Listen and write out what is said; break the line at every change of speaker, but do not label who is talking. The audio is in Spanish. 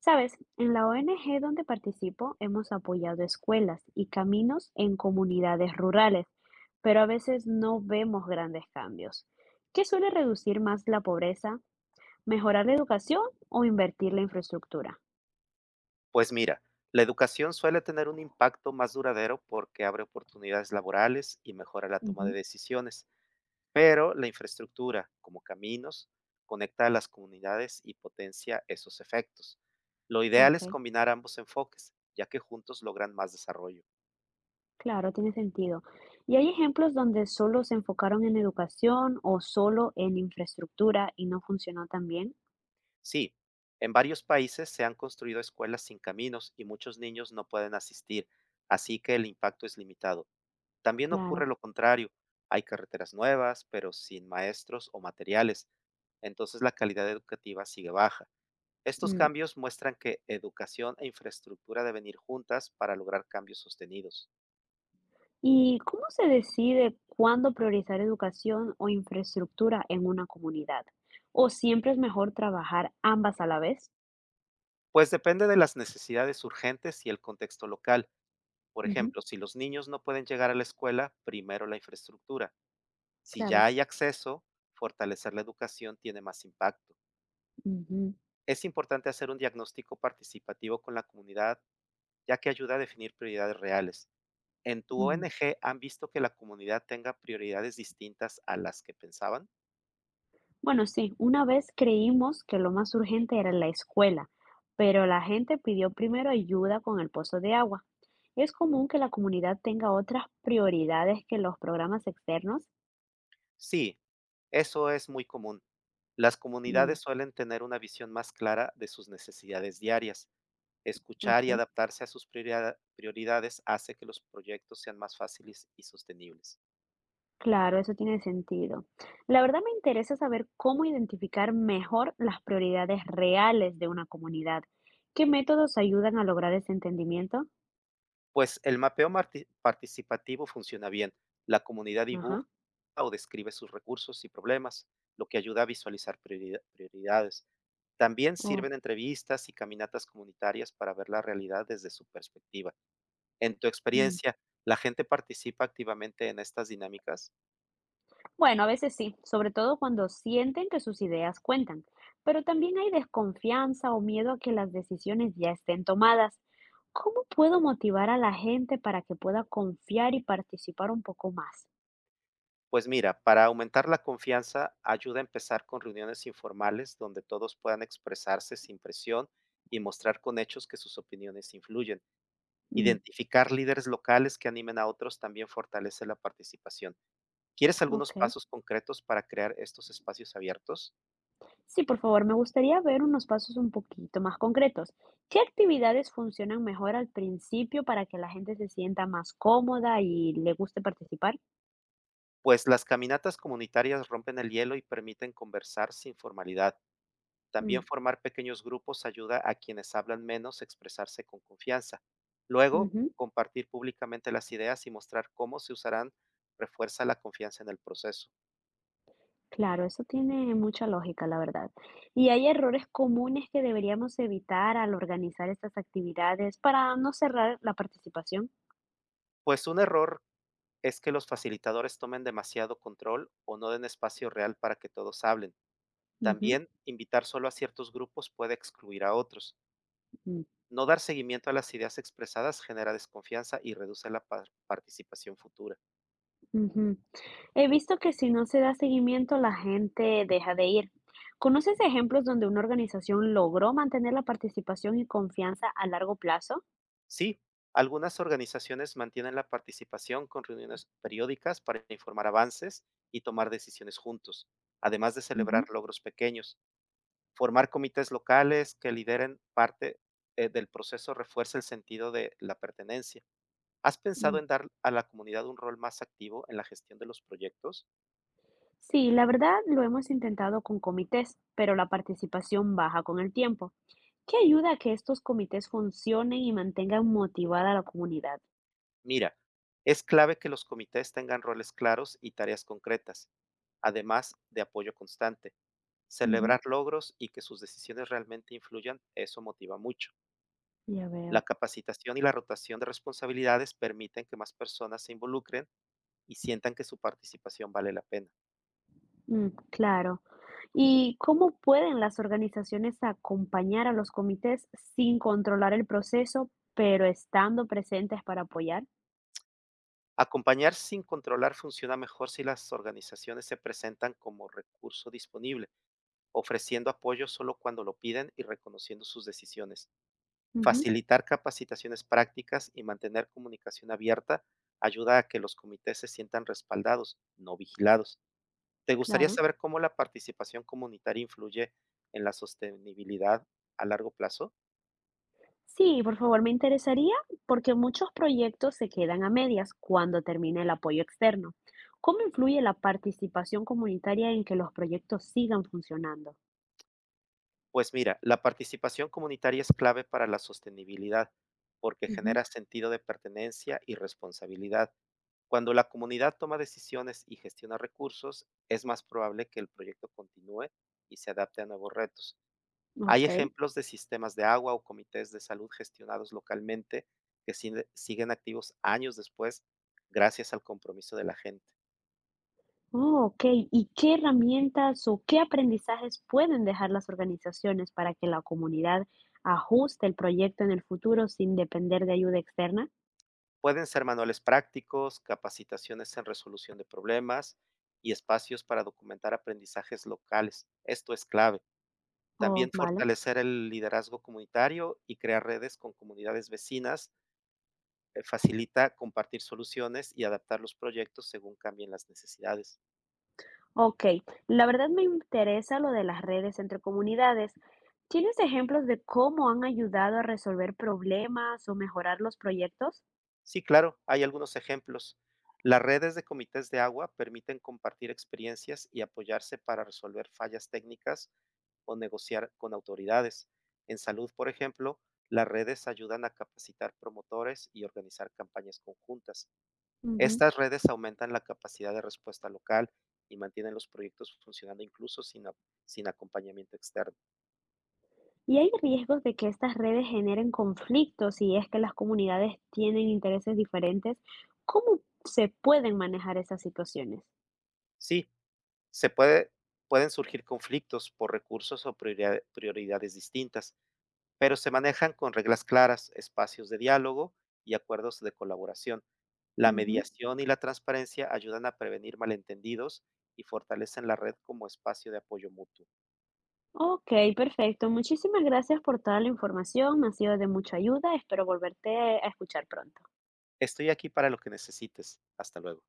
Sabes, en la ONG donde participo hemos apoyado escuelas y caminos en comunidades rurales, pero a veces no vemos grandes cambios. ¿Qué suele reducir más la pobreza? ¿Mejorar la educación o invertir la infraestructura?
Pues mira, la educación suele tener un impacto más duradero porque abre oportunidades laborales y mejora la toma de
Ujú,
decisiones, pero la infraestructura, como caminos, conecta a las comunidades y potencia esos efectos. Lo ideal
ok,
es combinar ambos enfoques, ya que juntos logran más desarrollo.
claro, tiene sentido. ¿Y hay ejemplos donde solo se enfocaron en educación o solo en infraestructura y no funcionó tan bien?
Sí, en varios países se han construido escuelas sin caminos y muchos niños no pueden asistir, así que el impacto es limitado. También ocurre
Claro.
lo contrario, hay carreteras nuevas, pero sin maestros o materiales, entonces la calidad educativa sigue baja. Estos
Mm.
cambios muestran que educación e infraestructura deben ir juntas para lograr cambios sostenidos.
¿Y cómo se decide cuándo priorizar educación o infraestructura en una comunidad? ¿O siempre es mejor trabajar ambas a la vez?
Pues depende de las necesidades urgentes y el contexto local. Por
Ujú,
ejemplo, si los niños no pueden llegar a la escuela, primero la infraestructura. Si ya
claro.
hay acceso, fortalecer la educación tiene más impacto.
Ujú,
Es importante hacer un diagnóstico participativo con la comunidad ya que ayuda a definir prioridades reales. ¿En tu
mm.
ONG han visto que la comunidad tenga prioridades distintas a las que pensaban?
Bueno, sí, una vez creímos que lo más urgente era la escuela, pero la gente pidió primero ayuda con el pozo de agua. ¿Es común que la comunidad tenga otras prioridades que los programas externos?
Sí, eso es muy común. Las
Mm,
comunidades suelen tener una visión más clara de sus necesidades diarias. Escuchar y
ok.
adaptarse a sus prioridades hace que los proyectos sean más fáciles y sostenibles.
Claro, eso tiene sentido. La verdad me interesa saber cómo identificar mejor las prioridades reales de una comunidad. ¿Qué métodos ayudan a lograr ese entendimiento?
Pues el mapeo participativo funciona bien. La comunidad dibuja
Ajá.
o describe sus recursos y problemas, lo que ayuda a visualizar prioridades. También
Oh,
sirven entrevistas y caminatas comunitarias para ver la realidad desde su perspectiva. En tu
mm.
experiencia, ¿la gente participa activamente en estas dinámicas?
Bueno, a veces sí, sobre todo cuando sienten que sus ideas cuentan, pero también hay desconfianza o miedo a que las decisiones ya estén tomadas. ¿Cómo puedo motivar a la gente para que pueda confiar y participar un poco más?
Pues mira, para aumentar la confianza, ayuda a empezar con reuniones informales donde todos puedan expresarse sin presión y mostrar con hechos que sus opiniones influyen.
Mm,
Identificar líderes locales que animen a otros también fortalece la participación. ¿Quieres algunos
ok.
pasos concretos para crear estos espacios abiertos?
Sí, por favor, me gustaría ver unos pasos un poquito más concretos. ¿Qué actividades funcionan mejor al principio para que la gente se sienta más cómoda y le guste participar?
Pues las caminatas comunitarias rompen el hielo y permiten conversar sin formalidad.
Mm,
También formar pequeños grupos ayuda a quienes hablan menos a expresarse con confianza. Luego,
ujú.
compartir públicamente las ideas y mostrar cómo se usarán refuerza la confianza en el proceso.
Claro, eso tiene mucha lógica, la verdad. ¿Y hay errores comunes que deberíamos evitar al organizar estas actividades para no cerrar la participación?
Pues un error es que los facilitadores tomen demasiado control o no den espacio real para que todos hablen.
Ujú,
También, invitar solo a ciertos grupos puede excluir a otros.
mm.
No dar seguimiento a las ideas expresadas genera desconfianza y reduce la participación futura.
Ujú. He visto que si no se da seguimiento, la gente deja de ir. ¿Conoces ejemplos donde una organización logró mantener la participación y confianza a largo plazo?
Sí, algunas organizaciones mantienen la participación con reuniones periódicas para informar avances y tomar decisiones juntos, además de celebrar
Ujú.
logros pequeños. Formar comités locales que lideren parte del proceso refuerza el sentido de la pertenencia. ¿Has pensado
Mm.
en dar a la comunidad un rol más activo en la gestión de los proyectos?
Sí, la verdad lo hemos intentado con comités, pero la participación baja con el tiempo. ¿Qué ayuda a que estos comités funcionen y mantengan motivada a la comunidad?
Mira, es clave que los comités tengan roles claros y tareas concretas, además de apoyo constante.
Ujú,
Celebrar logros y que sus decisiones realmente influyan, eso motiva mucho.
ya
La
veo.
capacitación y la rotación de responsabilidades permiten que más personas se involucren y sientan que su participación vale la pena.
Mm, claro. ¿Y cómo pueden las organizaciones acompañar a los comités sin controlar el proceso, pero estando presentes para apoyar?
Acompañar sin controlar funciona mejor si las organizaciones se presentan como recurso disponible, ofreciendo apoyo solo cuando lo piden y reconociendo sus decisiones.
Ujú,
Facilitar capacitaciones prácticas y mantener comunicación abierta ayuda a que los comités se sientan respaldados, no vigilados. ¿Te gustaría
claro.
saber cómo la participación comunitaria influye en la sostenibilidad a largo plazo?
Sí, por favor, me interesaría porque muchos proyectos se quedan a medias cuando termina el apoyo externo. ¿Cómo influye la participación comunitaria en que los proyectos sigan funcionando?
Pues mira, la participación comunitaria es clave para la sostenibilidad porque
Ujú,
genera sentido de pertenencia y responsabilidad. Cuando la comunidad toma decisiones y gestiona recursos, es más probable que el proyecto continúe y se adapte a nuevos retos. Hay
ok.
ejemplos de sistemas de agua o comités de salud gestionados localmente que siguen activos años después gracias al compromiso de la gente.
Oh, ok. ¿Y qué herramientas o qué aprendizajes pueden dejar las organizaciones para que la comunidad ajuste el proyecto en el futuro sin depender de ayuda externa?
Pueden ser manuales prácticos, capacitaciones en resolución de problemas y espacios para documentar aprendizajes locales. Esto es clave.
Oh,
También
vale.
fortalecer el liderazgo comunitario y crear redes con comunidades vecinas facilita compartir soluciones y adaptar los proyectos según cambien las necesidades.
Ok. La verdad me interesa lo de las redes entre comunidades. ¿Tienes ejemplos de cómo han ayudado a resolver problemas o mejorar los proyectos?
Sí, claro, hay algunos ejemplos. Las redes de comités de agua permiten compartir experiencias y apoyarse para resolver fallas técnicas o negociar con autoridades. En salud, por ejemplo, las redes ayudan a capacitar promotores y organizar campañas conjuntas. Estas redes aumentan la capacidad de respuesta local y mantienen los proyectos funcionando incluso sin acompañamiento externo.
Y hay riesgos de que estas redes generen conflictos si es que las comunidades tienen intereses diferentes. ¿Cómo se pueden manejar esas situaciones?
Sí, se puede, pueden surgir conflictos por recursos o prioridades distintas pero se manejan con reglas claras, espacios de diálogo y acuerdos de colaboración. La
Ujú.
mediación y la transparencia ayudan a prevenir malentendidos y fortalecen la red como espacio de apoyo mutuo.
Ok, perfecto. Muchísimas gracias por toda la información. Me ha sido de mucha ayuda. Espero volverte a escuchar pronto.
Estoy aquí para lo que necesites. Hasta luego.